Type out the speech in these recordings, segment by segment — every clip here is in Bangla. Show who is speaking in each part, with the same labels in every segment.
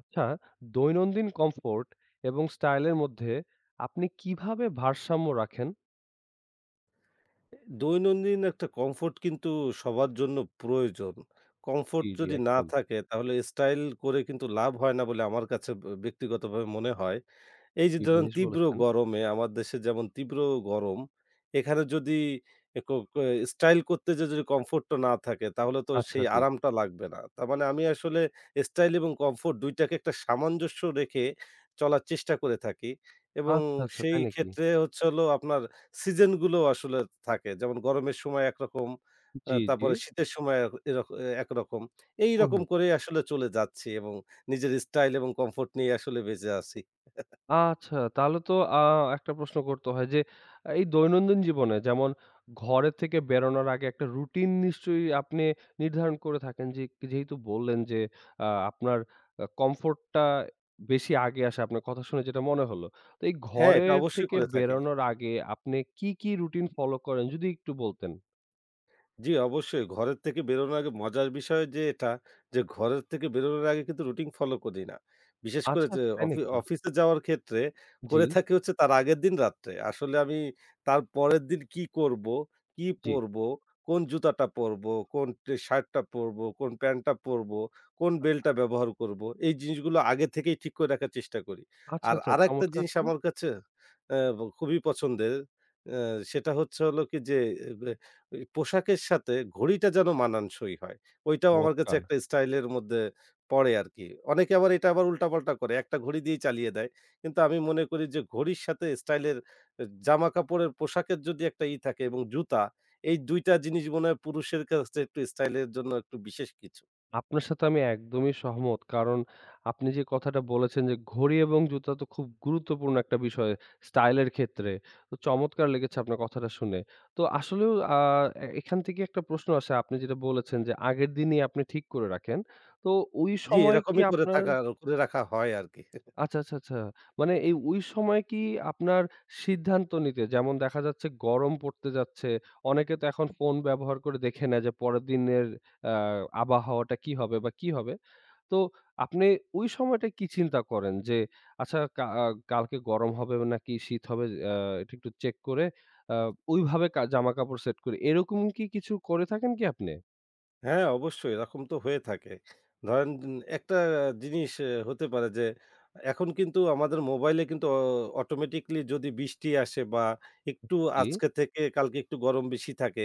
Speaker 1: আচ্ছা, দৈনন্দিন কমফোর্ট এবং স্টাইলের মধ্যে আপনি কিভাবে ভারসাম্য রাখেন?
Speaker 2: দৈনন্দিন একটা কমফোর্ট কিন্তু সবার জন্য প্রয়োজন। কমফোর্ট
Speaker 1: জি, জি,
Speaker 2: যদি না
Speaker 1: একদম।
Speaker 2: থাকে তাহলে স্টাইল করে কিন্তু লাভ হয় না বলে আমার কাছে ব্যক্তিগতভাবে মনে হয়। এই যে
Speaker 1: জি,
Speaker 2: ধরেন
Speaker 1: বেশ
Speaker 2: তীব্র
Speaker 1: বলেছেন।
Speaker 2: গরমে আমার দেশে যেমন তীব্র গরম, এখানে যদি এ ক ক স্টাইল করতে যেয়ে যদি কমফোর্ট টা না থাকে তাহলে তো
Speaker 1: আচ্ছা,
Speaker 2: সেই
Speaker 1: জি।
Speaker 2: আরামটা লাগবে না। তার মানে আমি আসলে স্টাইল এবং কমফোর্ট ২ টাকে একটা সামঞ্জস্য রেখে চলার চেষ্টা করে থাকি এবং
Speaker 1: আচ্ছা, আচ্ছা,
Speaker 2: সেই
Speaker 1: তাই নাকি?
Speaker 2: ক্ষেত্রে হচ্ছে হলো আপনার সিজন গুলো আসলে থাকে। যেমন গরমের সময় একরকম,
Speaker 1: জি, জি।
Speaker 2: তারপরে শীতের সময় এক এরক একরকম।
Speaker 1: হুম,
Speaker 2: এইরকম
Speaker 1: হুম।
Speaker 2: করেই আসলে চলে যাচ্ছি এবং নিজের স্টাইল এবং কমফোর্ট নিয়ে আসলে বেঁচে আছি।
Speaker 1: আচ্ছা, তাহলে তো একটা প্রশ্ন করতে হয় যে, এই দৈনন্দিন জীবনে যেমন ঘরের থেকে বেরোনোর আগে একটা রুটিন নিশ্চয়ই আপনি নির্ধারণ করে থাকেন। যে যেহেতু বললেন যে আপনার কমফোর্ট টা বেশি আগে আসে আপনার কথা শুনে যেটা মনে হলো। তো এই
Speaker 2: হ্যাঁ, এটা
Speaker 1: ঘরের
Speaker 2: অবশ্যই
Speaker 1: থেকে
Speaker 2: করে থাকি।
Speaker 1: বেরোনোর আগে আপনি কি, কি রুটিন ফলো করেন যদি একটু বলতেন?
Speaker 2: জি, অবশ্যই। ঘরের থেকে বেরোনোর আগে মজার বিষয় যে এটা যে ঘরের থেকে বেরোনোর আগে কিন্তু রুটিন ফলো করি না। বিশেষ
Speaker 1: আচ্ছা,
Speaker 2: করে যে
Speaker 1: আচ্ছা তাই নাকি?
Speaker 2: অফিসে যাওয়ার ক্ষেত্রে
Speaker 1: জি,
Speaker 2: করে থাকি হচ্ছে তার আগের দিন রাত্রে। আসলে আমি তার পরের দিন কি করব, কি
Speaker 1: জি।
Speaker 2: পরবো, কোন জুতাটা পরবো, কোন শার্টটা পরবো, কোন প্যান্টটা পরবো, কোন
Speaker 1: আচ্ছা,
Speaker 2: বেল্টটা ব্যবহার করব। এই জিনিসগুলো আগে থেকেই ঠিক করে রাখার চেষ্টা করি।
Speaker 1: আচ্ছা,
Speaker 2: আর
Speaker 1: আচ্ছা,
Speaker 2: আরেকটা
Speaker 1: চমৎকার
Speaker 2: জিনিস
Speaker 1: তো!
Speaker 2: আমার কাছে খুবই পছন্দের অ্যা সেটা হচ্ছে হলো কি যে এই পোশাকের সাথে ঘড়িটা যেন মানানসই হয়। ওইটাও আমার কাছে
Speaker 1: চমৎকার!
Speaker 2: একটা স্টাইলের মধ্যে পড়ে আরকি। অনেকে আবার এটা আবার উল্টাপাল্টা করে। একটা ঘড়ি দিয়েই চালিয়ে দেয়। কিন্তু আমি মনে করি যে ঘড়ির সাথে স্টাইলের জামাকাপড়ের পোশাকের যদি একটা ই থাকে এবং জুতা, এই ২ টা জিনিস মনে হয় পুরুষের কাছে একটু স্টাইলের জন্য একটু বিশেষ কিছু।
Speaker 1: আপনার সাথে আমি একদমই সহমত। কারণ আপনি যে কথাটা বলেছেন যে ঘড়ি এবং জুতা তো খুব গুরুত্বপূর্ণ একটা বিষয় স্টাইলের ক্ষেত্রে। তো চমৎকার লেগেছে আপনার কথাটা শুনে। তো আসলেও আ এ এখান থেকে একটা প্রশ্ন আসে, আপনি যেটা বলেছেন যে আগের দিনই আপনি ঠিক করে রাখেন। তো ওই
Speaker 2: জি,
Speaker 1: সময় কি
Speaker 2: এরকমই করে
Speaker 1: আপনার
Speaker 2: থাকা করে রাখা হয় আরকি।
Speaker 1: আচ্ছা, আচ্ছা, আচ্ছা। মানে এই ওই সময় কি আপনার সিদ্ধান্ত নিতে যেমন দেখা যাচ্ছে গরম পড়তে যাচ্ছে। অনেকে তো এখন ফোন ব্যবহার করে দেখে নেয় যে পরের দিনের আ আবহাওয়াটা কি হবে বা কি হবে। তো আপনি ওই সময়টায় কি চিন্তা করেন যে আচ্ছা কা আ কালকে গরম হবে নাকি শীত হবে, আ এটা একটু চেক করে আ ওইভাবে জামাকাপড় সেট করি। এরকম কি কিছু করে থাকেন কি আপনি?
Speaker 2: হ্যাঁ, অবশ্যই এরকম তো হয়ে থাকে। ধরেন একটা জিনিস হতে পারে যে এখন কিন্তু আমাদের মোবাইলে কিন্তু অটোমেটিক্যালি যদি বৃষ্টি আসে বা একটু
Speaker 1: জি,
Speaker 2: আজকে থেকে কালকে একটু গরম বেশি থাকে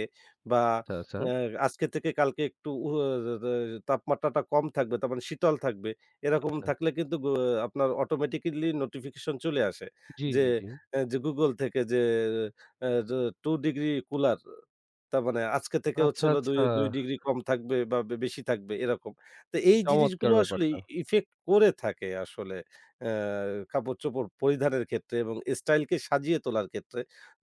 Speaker 2: বা
Speaker 1: আচ্ছা, আচ্ছা,
Speaker 2: আ আজকে থেকে কালকে একটু তাপমাত্রাটা কম থাকবে তার মানে শীতল থাকবে। এরকম
Speaker 1: আচ্ছা।
Speaker 2: থাকলে কিন্তু আপনার অটোমেটিক্যালি নোটিফিকেশন চলে আসে
Speaker 1: জি,
Speaker 2: যে,
Speaker 1: জি, জি।
Speaker 2: যে Google থেকে যে যে ২ ডিগ্রি কুলার তার মানে আজকে থেকে হচ্ছে
Speaker 1: আচ্ছা,
Speaker 2: হলো ২
Speaker 1: আচ্ছা।
Speaker 2: ২ ডিগ্রি কম থাকবে বা বেশি থাকবে এরকম। তো এই
Speaker 1: চমৎকার
Speaker 2: জিনিসগুলো আসলে
Speaker 1: ব্যাপারটা।
Speaker 2: ইফেক্ট করে থাকে আসলে আ কাপড়-চোপড় পরিধানের ক্ষেত্রে এবং স্টাইলকে সাজিয়ে তোলার ক্ষেত্রে।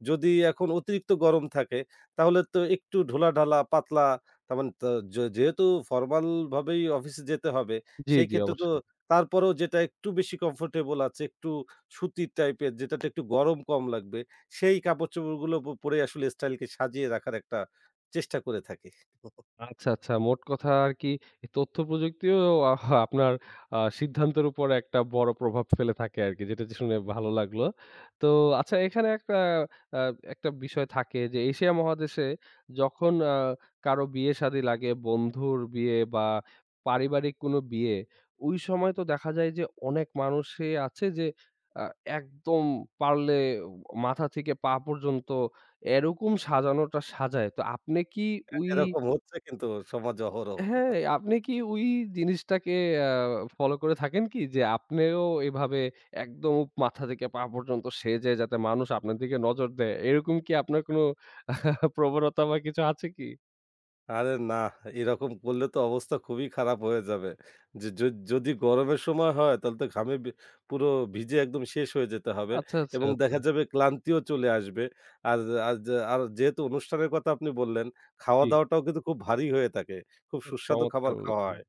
Speaker 2: যদি এখন অতিরিক্ত গরম থাকে তাহলে তো একটু ঢোলা-ঢালা, পাতলা তার মানে তো যে যেহেতু ফরমাল ভাবেই অফিসে যেতে হবে
Speaker 1: জি,
Speaker 2: সেই
Speaker 1: জি,
Speaker 2: ক্ষেত্রে তো
Speaker 1: অবশ্যই।
Speaker 2: তারপরেও যেটা একটু বেশি কমফোর্টেবল আছে, একটু সুতির টাইপের যেটাতে একটু গরম কম লাগবে সেই কাপড়-চোপড়গুলো পরে আসলে স্টাইলকে সাজিয়ে রাখার একটা চেষ্টা করে থাকি।
Speaker 1: আচ্ছা, আচ্ছা। মোট কথা আরকি এই তথ্য প্রযুক্তিও আপনার সিদ্ধান্তের উপর একটা বড় প্রভাব ফেলে থাকে আরকি। যেটা যে শুনে ভালো লাগলো। তো আচ্ছা, এখানে আ একটা বিষয় থাকে যে এশিয়া মহাদেশে যখন কারো বিয়ে-শাদী লাগে, বন্ধুর বিয়ে বা পারিবারিক কোনো বিয়ে, ওই সময় তো দেখা যায় যে অনেক মানুষই আছে যে আ একদম পারলে মাথা থেকে পা পর্যন্ত এরকম সাজানোটা সাজায়। তো আপনি কি
Speaker 2: হ্যাঁ,
Speaker 1: ওই
Speaker 2: এরকম হচ্ছে কিন্তু সমাজে অহরহ।
Speaker 1: হ্যাঁ, আপনি কি ওই জিনিসটাকে আ ফলো করে থাকেন কি? যে আপনিও এভাবে একদম মাথা থেকে পা পর্যন্ত সেজে যাতে মানুষ আপনার দিকে নজর দেয়, এরকম কি আপনার কোনো প্রবণতা বা কিছু আছে কি?
Speaker 2: আরে না, এরকম করলে তো অবস্থা খুবই খারাপ হয়ে যাবে। যে য যদি গরমের সময় হয় তাহলে তো ঘামে পুরো ভিজে একদম শেষ হয়ে যেতে হবে
Speaker 1: আচ্ছা, আচ্ছা,
Speaker 2: এবং
Speaker 1: আচ্ছা।
Speaker 2: দেখা যাবে ক্লান্তিও চলে আসবে। আর আর যে- আর যেহেতু অনুষ্ঠানের কথা আপনি বললেন,
Speaker 1: জি,
Speaker 2: খাওয়া-দাওয়াটাও কিন্তু খুব ভারী হয়ে থাকে। খুব সুস্বাদু
Speaker 1: চমৎকার
Speaker 2: খাবার খাওয়া
Speaker 1: বলেছেন।
Speaker 2: হয়।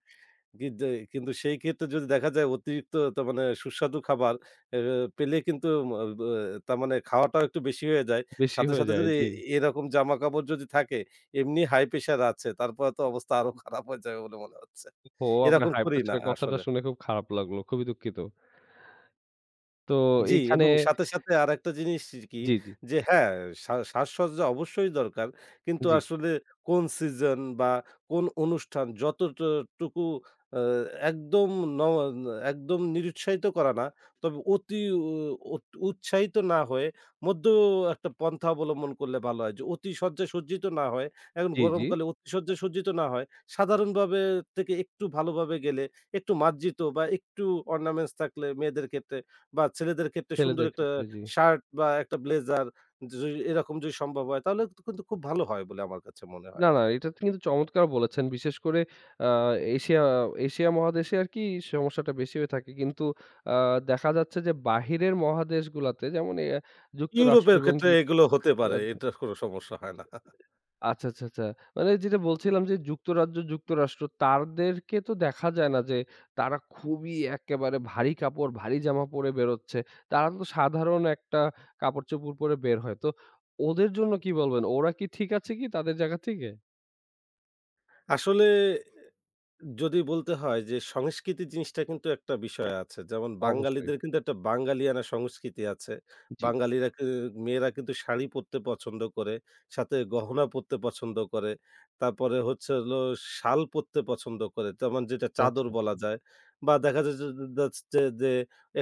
Speaker 2: কিন্তু কিন্তু সেই ক্ষেত্রে যদি দেখা যায় অতিরিক্ত তার মানে সুস্বাদু খাবার এ পেলে কিন্তু আ ব তার মানে খাওয়াটাও একটু বেশি হয়ে যায়।
Speaker 1: বেশি
Speaker 2: সাথে,
Speaker 1: হয়ে
Speaker 2: সাথে
Speaker 1: যায়,
Speaker 2: যদি
Speaker 1: জি।
Speaker 2: এরকম জামাকাপড় যদি থাকে, এমনি হাই প্রেশার আছে তারপরে তো অবস্থা আরো খারাপ হয়ে যাবে বলে মনে হচ্ছে।
Speaker 1: ও, আপনার
Speaker 2: এরকম
Speaker 1: হাই
Speaker 2: করি
Speaker 1: প্রেশার
Speaker 2: না
Speaker 1: এর কথাটা
Speaker 2: আসলে।
Speaker 1: শুনে খুব খারাপ লাগলো। খুবই দুঃখিত। তো
Speaker 2: জি,
Speaker 1: এখানে
Speaker 2: এবং সাথে, সাথে আরেকটা জিনিস কি
Speaker 1: জি, জি,
Speaker 2: যে হ্যাঁ, সাজসজ্জা অবশ্যই দরকার। কিন্তু
Speaker 1: জি,
Speaker 2: আসলে কোন সিজন বা কোন অনুষ্ঠান যতটুকু আ একদম ন একদম নিরুৎসাহিত করা না। তবে অতি উৎসাহিত না হয়ে মধ্য একটা পন্থা অবলম্বন করলে ভালো হয়। যে অতি শয্যায় সজ্জিত না হয়ে এখন
Speaker 1: জি, জি,
Speaker 2: গরমকালে অতি শয্যায় সজ্জিত না হয়। সাধারণভাবে থেকে একটু ভালোভাবে গেলে, একটু মার্জিত বা একটু অর্নামেন্টস থাকলে মেয়েদের ক্ষেত্রে বা ছেলেদের ক্ষেত্রে সুন্দর
Speaker 1: ছেলেদের
Speaker 2: একটা
Speaker 1: ক্ষেত্রে জি।
Speaker 2: শার্ট বা একটা ব্লেজার যদি এরকম যদি সম্ভব হয় তাহলে তো কিন্তু খুব ভালো হয় বলে আমার কাছে মনে
Speaker 1: না,
Speaker 2: হয়
Speaker 1: না,
Speaker 2: আরকি।
Speaker 1: এটা তো কিন্তু চমৎকার বলেছেন। বিশেষ করে আ এশিয়া এশিয়া মহাদেশে আরকি সমস্যাটা বেশি হয়ে থাকে। কিন্তু আ দেখা যাচ্ছে যে বাহিরের মহাদেশগুলাতে যেমন যুক্তরাষ্ট্র
Speaker 2: ইউরোপের
Speaker 1: এবং
Speaker 2: ক্ষেত্রে এগুলো হতে পারে।
Speaker 1: যুক্তরাজ্য।
Speaker 2: এটার কোনো সমস্যা হয় না।
Speaker 1: আচ্ছা, আচ্ছা, আচ্ছা। মানে যেটা বলছিলাম যে যুক্তরাজ্য, যুক্তরাষ্ট্র, তাদেরকে তো দেখা যায় না যে তারা খুবই একেবারে ভারী কাপড়, ভারী জামা পরে বেরোচ্ছে। তারা তো সাধারণ একটা কাপড়-চোপড় পরে বের হয়। তো ওদের জন্য কি বলবেন? ওরা কি ঠিক আছে কি তাদের জায়গা থেকে?
Speaker 2: আসলে যদি বলতে হয় যে সংস্কৃতি জিনিসটা কিন্তু একটা বিষয় আছে। যেমন
Speaker 1: অবশ্যই।
Speaker 2: বাঙালিদের কিন্তু একটা বাঙালিয়ানা সংস্কৃতি আছে।
Speaker 1: জি।
Speaker 2: বাঙালিরা কি মেয়েরা কিন্তু শাড়ি পরতে পছন্দ করে, সাথে গহনা পরতে পছন্দ করে। তারপরে হচ্ছে হলো শাল পরতে পছন্দ করে। তেমন যেটা
Speaker 1: আচ্ছা, আচ্ছা,
Speaker 2: চাদর
Speaker 1: আচ্ছা।
Speaker 2: বলা যায়। বা দেখা যায় যে যাচ্ছে যে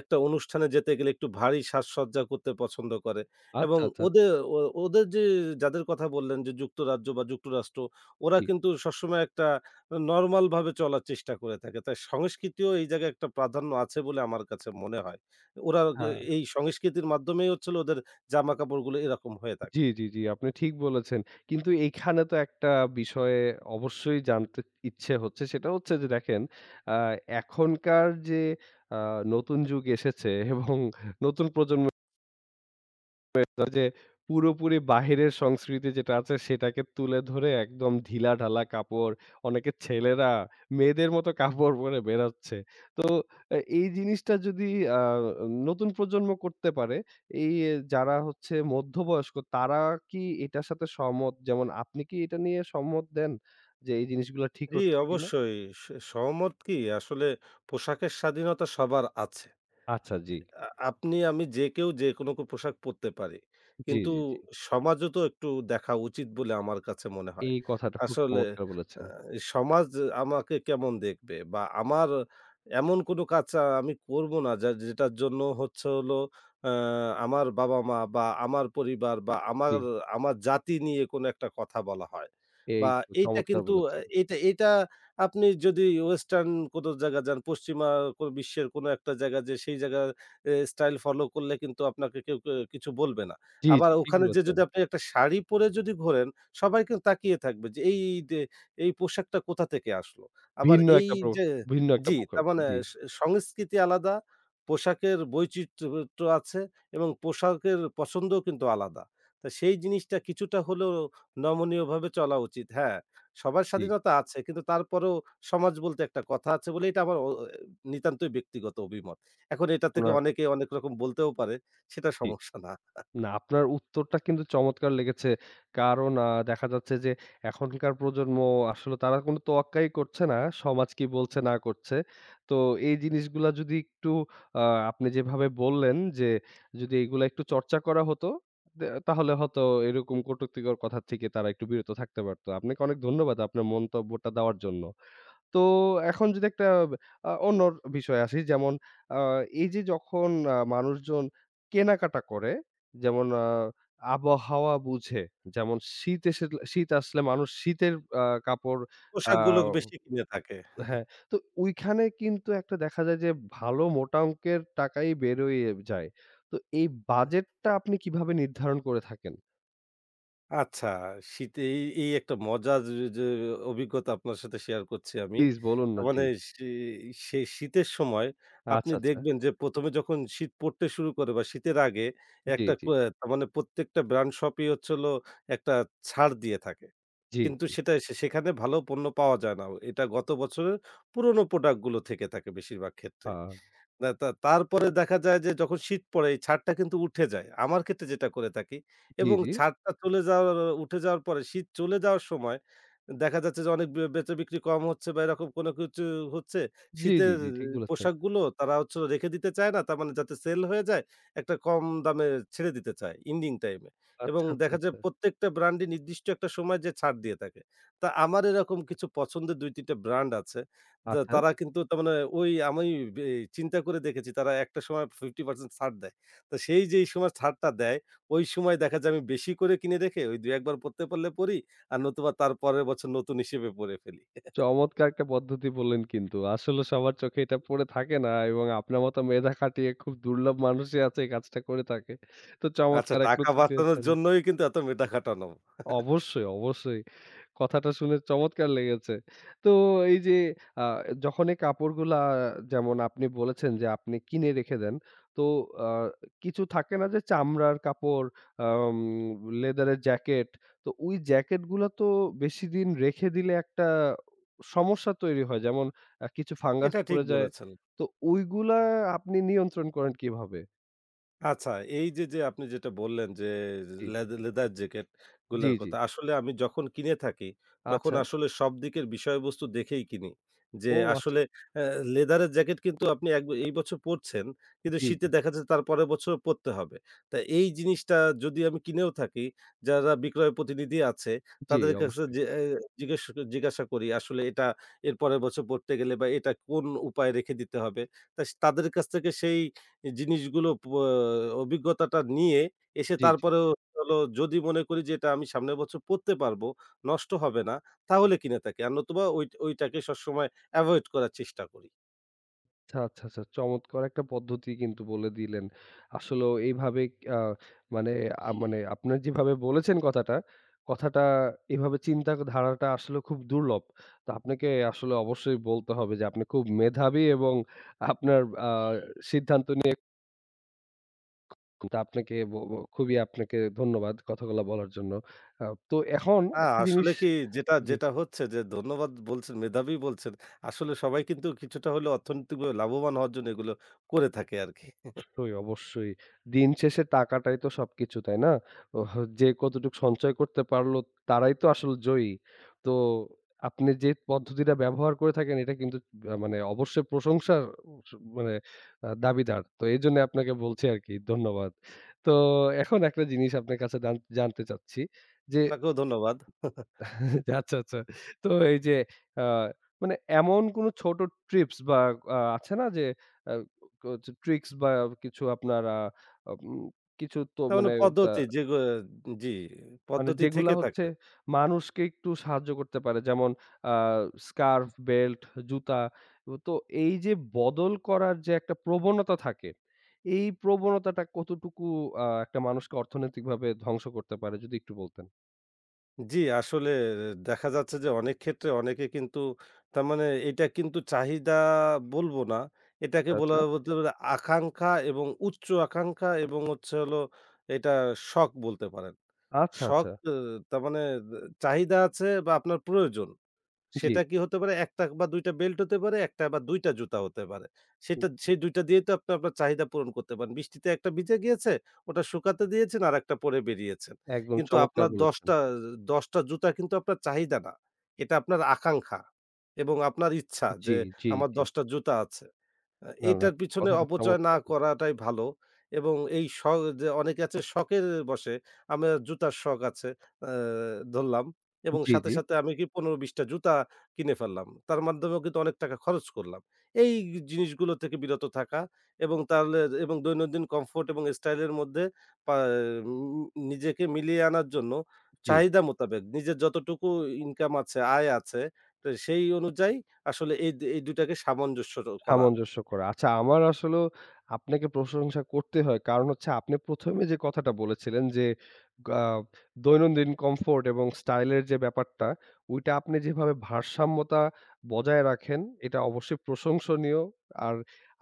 Speaker 2: একটা অনুষ্ঠানে যেতে গেলে একটু ভারী সাজসজ্জা করতে পছন্দ করে।
Speaker 1: আচ্ছা,
Speaker 2: এবং
Speaker 1: আচ্ছা, আচ্ছা।
Speaker 2: ওদের ও ওদের যে যাদের কথা বললেন যে যুক্তরাজ্য বা যুক্তরাষ্ট্র ওরা
Speaker 1: জি।
Speaker 2: কিন্তু সবসময় একটা নরমাল ভাবে চলার চেষ্টা করে থাকে। তাই সংস্কৃতিও এই জায়গায় একটা প্রাধান্য আছে বলে আমার কাছে মনে হয়। ওরা গ
Speaker 1: হ্যাঁ।
Speaker 2: এই সংস্কৃতির মাধ্যমেই হচ্ছিল ওদের জামাকাপড়গুলো এরকম হয়ে থাকে।
Speaker 1: জি, জি, জি। আপনি ঠিক বলেছেন। কিন্তু এইখানে তো একটা বিষয়ে অবশ্যই জানতে ইচ্ছে হচ্ছে। সেটা হচ্ছে যে, দেখেন, আ এখনকার যে আ নতুন যুগ এসেছে এবং নতুন প্রজন্ম তো যে পুরোপুরি বাহিরের সংস্কৃতি যেটা আছে সেটাকে তুলে ধরে একদম ঢিলাঢালা কাপড়, অনেকে ছেলেরা মেয়েদের মতো কাপড় পরে বেরোচ্ছে। তো এই জিনিসটা যদি আ নতুন প্রজন্ম করতে পারে, এই যারা হচ্ছে মধ্যবয়স্ক তারা কি এটার সাথে সহমত? যেমন আপনি কি এটা নিয়ে সম্মত দেন? যে এই জিনিসগুলা ঠিক
Speaker 2: জি,
Speaker 1: হচ্ছে কিনা?
Speaker 2: অবশ্যই। স সহমত কি আসলে পোশাকের স্বাধীনতা সবার আছে।
Speaker 1: আচ্ছা, জি।
Speaker 2: আপনি আমি যে কেউ যে কোনো পোশাক পরতে পারি।
Speaker 1: জি,
Speaker 2: কিন্তু
Speaker 1: জি, জি।
Speaker 2: সমাজও তো একটু দেখা উচিত বলে আমার কাছে মনে হয়।
Speaker 1: এই কথাটা খুব
Speaker 2: আসলে
Speaker 1: চমৎকার
Speaker 2: আ
Speaker 1: বলেছেন।
Speaker 2: সমাজ আমাকে কেমন দেখবে? বা আমার এমন কোনো কাজ আমি করব না যেটার জন্য হচ্ছে হলো আ আমার বাবা-মা বা আমার পরিবার বা আমার
Speaker 1: জি,
Speaker 2: আমার জাতি নিয়ে কোনো একটা কথা বলা হয়।
Speaker 1: এই
Speaker 2: বা
Speaker 1: তো
Speaker 2: এইটা
Speaker 1: চমৎকার
Speaker 2: কিন্তু আ
Speaker 1: বলেছেন।
Speaker 2: এটা এটা আপনি যদি ওয়েস্টার্ন কোনো জায়গায় যান, পশ্চিমা কোনো বিশ্বের কোনো একটা জায়গা যে সেই জায়গা স্টাইল ফলো করলে কিন্তু আপনাকে কেউ কিছু বলবে না।
Speaker 1: জি,
Speaker 2: আবার
Speaker 1: জি, ঠিক
Speaker 2: ওখানে যেয়ে
Speaker 1: বলেছেন।
Speaker 2: যদি আপনি একটা শাড়ি পরে যদি ঘোরেন, সবাই কিন্তু তাকিয়ে থাকবে যে এই যে এই পোশাকটা কোথা থেকে আসলো? আবার
Speaker 1: ভিন্ন
Speaker 2: এই
Speaker 1: একটা প্র
Speaker 2: যে
Speaker 1: ভিন্ন একটা
Speaker 2: জি,
Speaker 1: পোকা।
Speaker 2: তার মানে
Speaker 1: জি,
Speaker 2: স সংস্কৃতি আলাদা, পোশাকের বৈচিত্র্য আছে এবং পোশাকের পছন্দও কিন্তু আলাদা। তো সেই জিনিসটা কিছুটা হলেও নমনীয়ভাবে চলা উচিত। হ্যাঁ, সবার
Speaker 1: জি।
Speaker 2: স্বাধীনতা আছে কিন্তু তারপরেও সমাজ বলতে একটা কথা আছে বলে এটা আমার নিতান্তই ব্যক্তিগত অভিমত। এখন এটা থেকে
Speaker 1: আপনার
Speaker 2: অনেকে অনেক রকম বলতেও পারে, সেটা
Speaker 1: জি।
Speaker 2: সমস্যা না।
Speaker 1: না, আপনার উত্তরটা কিন্তু চমৎকার লেগেছে। কারণ দেখা যাচ্ছে যে এখনকার প্রজন্ম আসলে তারা কোনো তোয়াক্কাই করছে না। সমাজ কি বলছে না করছে। তো এই জিনিসগুলা যদি একটু আ আপনি যেভাবে বললেন যে যদি এগুলা একটু চর্চা করা হতো, তাহলে হয়তো এরকম কটুক্তিকর কথা থেকে তারা একটু বিরত থাকতে পারত। আপনাকে অনেক ধন্যবাদ আপনার মন্তব্যটা দেওয়ার জন্য। তো এখন যদি একটা অন্য বিষয়ে আসি, যেমন আ এই যে যখন মানুষজন কেনাকাটা করে যেমন আবহাওয়া বুঝে, যেমন শীত এসে, শীত আসলে মানুষ শীতের কাপড় আ
Speaker 2: পোশাকগুলো বেশি কিনে থাকে।
Speaker 1: হ্যাঁ, তো ওইখানে কিন্তু একটা দেখা যায় যে ভালো মোটা অঙ্কের টাকাই বেরোয় যায়। তো এই বাজেটটা আপনি কিভাবে নির্ধারণ করে থাকেন?
Speaker 2: আচ্ছা, শীতে এই এই একটা মজার যে যে অভিজ্ঞতা আপনার সাথে শেয়ার করছি আমি।
Speaker 1: প্লিজ বলুন
Speaker 2: তার
Speaker 1: না।
Speaker 2: মানে
Speaker 1: জি।
Speaker 2: শি সেই শীতের সময় আপনি
Speaker 1: আচ্ছা, আচ্ছা।
Speaker 2: দেখবেন যে ১ম এ যখন শীত পড়তে শুরু করে বা শীতের আগে
Speaker 1: জি,
Speaker 2: একটা ক
Speaker 1: জি,
Speaker 2: তার মানে প্রত্যেকটা ব্র্যান্ড শপই হচ্ছে হলো একটা ছাড় দিয়ে থাকে।
Speaker 1: জি,
Speaker 2: কিন্তু
Speaker 1: জি।
Speaker 2: সেটা সেখানে ভালো পণ্য পাওয়া যায় না। এটা গত বছরের পুরনো প্রোডাক্টগুলো থেকে থাকে বেশিরভাগ
Speaker 1: আ
Speaker 2: ক্ষেত্রেই। না তা তারপরে দেখা যায় যে যখন শীত পড়ে এই ছাদটা কিন্তু উঠে যায়। আমার ক্ষেত্রে যেটা করে থাকি
Speaker 1: জি,
Speaker 2: এবং
Speaker 1: জি।
Speaker 2: ছাদটা চলে যাওয়ার উঠে যাওয়ার পরে শীত চলে যাওয়ার সময় দেখা যাচ্ছে যে অনেক বেচাবিক্রি কম হচ্ছে বা এরকম কোনো কিছু হচ্ছে।
Speaker 1: জি, জি,
Speaker 2: শীতের
Speaker 1: জি, ঠিক বলেছেন।
Speaker 2: পোশাকগুলো তারা হচ্ছে রেখে দিতে চায় না। তার মানে যাতে সেল হয়ে যায় একটা কম দামে ছেড়ে দিতে চায় ইন্ডিং টাইমে এবং
Speaker 1: আচ্ছা, আচ্ছা,
Speaker 2: দেখা যায়
Speaker 1: আচ্ছা।
Speaker 2: প্রত্যেকটা ব্র্যান্ডই নির্দিষ্ট একটা সময় যেয়ে ছাড় দিয়ে থাকে। তা আমার এরকম কিছু পছন্দের ২-৩ টা ব্র্যান্ড আছে। তা
Speaker 1: আচ্ছা।
Speaker 2: তারা কিন্তু তার মানে ওই আমি বে চিন্তা করে দেখেছি তারা একটা সময় ৫০% ছাড় দেয়। তো সেই যেই সময় ছাড়টা দেয়, ওই সময় দেখা যায় আমি বেশি করে কিনে রেখে ওই ২-১ বার পড়তে পারলে পড়ি, আর নতুবা তার পরের বছর নতুন হিসেবে পড়ে ফেলি।
Speaker 1: চমৎকার একটা পদ্ধতি বললেন কিন্তু। আসলে সবার চোখে এটা পড়ে থাকে না এবং আপনার মতো মেধা খাটিয়ে খুব দুর্লভ মানুষই আছে এই কাজটা করে থাকে। তো
Speaker 2: আচ্ছা
Speaker 1: চমৎকার এক
Speaker 2: টাকা
Speaker 1: উত্তর
Speaker 2: বাঁচানোর
Speaker 1: দিয়েছেন।
Speaker 2: জন্যই কিন্তু এত মেটা খাটানো।
Speaker 1: অবশ্যই, অবশ্যই। কথাটা শুনে চমৎকার লেগেছে। তো এই যে আ যখন এই কাপড়গুলা, যেমন আপনি বলেছেন যে আপনি কিনে রেখে দেন। তো আ কিছু থাকে না যে চামড়ার কাপড়, আম লেদারের জ্যাকেট। তো ওই জ্যাকেটগুলা তো বেশিদিন রেখে দিলে একটা সমস্যা তৈরি হয়। যেমন কিছু ফাঙ্গাস
Speaker 2: এটা ঠিক
Speaker 1: পড়ে যায়।
Speaker 2: বলেছেন।
Speaker 1: তো ওইগুলা আপনি নিয়ন্ত্রণ করেন কিভাবে?
Speaker 2: আচ্ছা, এই যে, আপনি যেটা বললেন যে
Speaker 1: জি,
Speaker 2: লেদার জ্যাকেট
Speaker 1: জি,
Speaker 2: গুলার
Speaker 1: জি।
Speaker 2: কথা। আসলে আমি যখন কিনে থাকি, তখন
Speaker 1: আচ্ছা।
Speaker 2: আসলে সব দিকের বিষয়বস্তু দেখেই কিনি। যে
Speaker 1: ও, আচ্ছা।
Speaker 2: আসলে অ্যা লেদারের জ্যাকেট কিন্তু আপনি এই বছর পরছেন, কিন্তু
Speaker 1: জি, জি,
Speaker 2: শীতে দেখা যাচ্ছে তার পরের বছর পরতে হবে। তা এই জিনিসটা যদি আমি কিনেও থাকি, যারা বিক্রয় প্রতিনিধি আছে,
Speaker 1: জি,
Speaker 2: তাদের কাছে
Speaker 1: অবশ্যই।
Speaker 2: যে জিজ্ঞেস জিজ্ঞাসা করি আসলে এটা এর পরের বছর পরতে গেলে বা এটা কোন উপায়ে রেখে দিতে হবে? তা স তাদের কাছ থেকে সেই এই জিনিসগুলো প অভিজ্ঞতাটা নিয়ে এসে
Speaker 1: জি, জি।
Speaker 2: তারপরেও হলো যদি মনে করি যে এটা আমি সামনের বছর পড়তে পারবো, নষ্ট হবে না, তাহলে কিনে থাকি। আর নতুবা ওইটাকে সবসময় এভয়েড করার চেষ্টা করি।
Speaker 1: আচ্ছা, আচ্ছা, আচ্ছা। চমৎকার একটা পদ্ধতি কিন্তু বলে দিলেন। আসলেও এইভাবে আ মানে আ মানে আপনার যেভাবে বলেছেন কথাটা, কথাটা এভাবে চিন্তা ধারাটা আসলে খুব দুর্লভ। তো আপনাকে আসলে অবশ্যই বলতে হবে যে আপনি খুব মেধাবী এবং আপনার হুম। সিদ্ধান্ত নিয়ে, তা আপনাকে ব ব খুবই আপনাকে ধন্যবাদ কথাগুলা বলার জন্য। তো এখন
Speaker 2: হ্যাঁ,
Speaker 1: একটা জিনিস
Speaker 2: আসলে কি যেটা,
Speaker 1: জি।
Speaker 2: যেটা হচ্ছে যে ধন্যবাদ বলছেন, মেধাবী বলছেন। আসলে সবাই কিন্তু কিছুটা হলেও অর্থনৈতিকভাবে লাভবান হওয়ার জন্য এগুলো করে থাকে আরকি।
Speaker 1: অবশ্যই, অবশ্যই। দিন শেষে টাকাটাই তো সবকিছু, তাই না? ওহ যে কতটুক সঞ্চয় করতে পারলো তারাই তো আসল জয়ী। তো আপনি যে পদ্ধতিটা ব্যবহার করে থাকেন এটা কিন্তু মানে অবশ্যই প্রশংসার স মানে দাবিদার। তো এজন্য আপনাকে বলছি আরকি। ধন্যবাদ। তো এখন একটা জিনিস আপনার কাছে জানতে চাচ্ছি যে
Speaker 2: আপনাকেও ধন্যবাদ।
Speaker 1: আচ্ছা, আচ্ছা। তো এই যে আ মানে এমন কোনো ছোট ট্রিপস বা আছে না যে আ ক ট্রিক্স বা কিছু আপনার আ উম কিছু তো
Speaker 2: তার মানে
Speaker 1: মানে আ
Speaker 2: পদ্ধতি জি,
Speaker 1: মানে
Speaker 2: পদ্ধতি
Speaker 1: যেগুলা
Speaker 2: থেকে
Speaker 1: হচ্ছে
Speaker 2: থাকে।
Speaker 1: মানুষকে একটু সাহায্য করতে পারে। যেমন আ স্কার্ফ, বেল্ট, জুতা। তো এই যে বদল করার যে একটা প্রবণতা থাকে, এই প্রবণতাটা কতটুকু একটা মানুষকে অর্থনৈতিকভাবে ধ্বংস করতে পারে যদি একটু বলতেন?
Speaker 2: জি, আসলে দেখা যাচ্ছে যে অনেক ক্ষেত্রে অনেকে কিন্তু তার মানে এটা কিন্তু চাহিদা বলব না। এটাকে
Speaker 1: আচ্ছা, আচ্ছা।
Speaker 2: বলতে পারে আকাঙ্খা এবং উচ্চ আকাঙ্খা এবং হচ্ছে হলো এটা শখ বলতে পারেন।
Speaker 1: আচ্ছা,
Speaker 2: শখ
Speaker 1: আচ্ছা।
Speaker 2: অ তার মানে চাহিদা আছে বা আপনার প্রয়োজন।
Speaker 1: জি,
Speaker 2: সেটা কি হতে পারে ১ টা বা ২ টা বেল্ট হতে পারে, ১ টা বা ২ টা জুতা হতে পারে। সেটা
Speaker 1: জি।
Speaker 2: সেই ২ টা দিয়েই তো আপনি আপনার চাহিদা পূরণ করতে পারেন। বৃষ্টিতে ১ টা ভিজে গিয়েছে, ওটা শুকাতে দিয়েছেন, আরেকটা পরে বেরিয়েছেন।
Speaker 1: একদম
Speaker 2: কিন্তু
Speaker 1: চমৎকার
Speaker 2: আপনার ১০
Speaker 1: বলেছেন।
Speaker 2: টা ১০ টা জুতা কিন্তু আপনার চাহিদা না। এটা আপনার আকাঙ্খা এবং আপনার ইচ্ছা
Speaker 1: জি,
Speaker 2: যে
Speaker 1: জি,
Speaker 2: আমার
Speaker 1: জি।
Speaker 2: ১০ টা জুতা আছে।
Speaker 1: না, না,
Speaker 2: এটার পিছনে
Speaker 1: কথাটা
Speaker 2: অপচয় না
Speaker 1: চমৎকার বলেছেন।
Speaker 2: করাটাই ভালো এবং এই শ যে অনেকে আছে শখের বশে, আমার জুতার শখ আছে আ ধরলাম এবং
Speaker 1: জি,
Speaker 2: সাথে,
Speaker 1: জি,
Speaker 2: সাথে আমি কি ১৫-২০ টা জুতা কিনে ফেললাম। তার মাধ্যমেও কিন্তু অনেক টাকা খরচ করলাম। এই জিনিসগুলো থেকে বিরত থাকা এবং তাহলে এবং দৈনন্দিন কমফোর্ট এবং স্টাইল এর মধ্যে পা উম নিজেকে মিলিয়ে আনার জন্য
Speaker 1: জি।
Speaker 2: চাহিদা মোতাবেক নিজের যতটুকু ইনকাম আছে, আয় আছে, তো সেই অনুযায়ী আসলে এই এই ২ টাকে সামঞ্জস্য করা।
Speaker 1: সামঞ্জস্য করা। আচ্ছা, আমার আসলেও আপনাকে প্রশংসা করতে হয়। কারণ হচ্ছে আপনি প্রথমে যে কথাটা বলেছিলেন যে, আ দৈনন্দিন কমফোর্ট এবং স্টাইল এর যে ব্যাপারটা, ওইটা আপনি যেভাবে ভারসাম্যতা বজায় রাখেন, এটা অবশ্যই প্রশংসনীয়। আর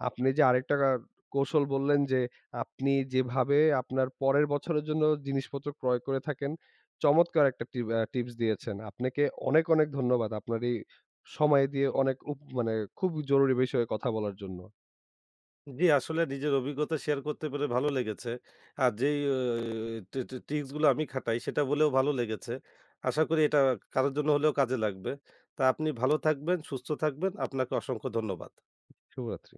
Speaker 1: আপনি যে আরেকটা কৌশল বললেন যে, আপনি যেভাবে আপনার পরের বছরের জন্য জিনিসপত্র ক্রয় করে থাকেন, চমৎকার একটা টিপস দিয়েছেন। আপনাকে অনেক, অনেক ধন্যবাদ আপনার এই সময় দিয়ে অনেক মানে খুব জরুরি বিষয়ে কথা বলার জন্য।
Speaker 2: জি, আসলে নিজের অভিজ্ঞতা শেয়ার করতে পেরে ভালো লেগেছে। আর যেই টি টি টিপস গুলো আমি খাটাই সেটা বলেও ভালো লেগেছে। আশা করি এটা কারো জন্য হলেও কাজে লাগবে। তা আপনি ভালো থাকবেন, সুস্থ থাকবেন। আপনাকে অসংখ্য ধন্যবাদ।
Speaker 1: শুভরাত্রি।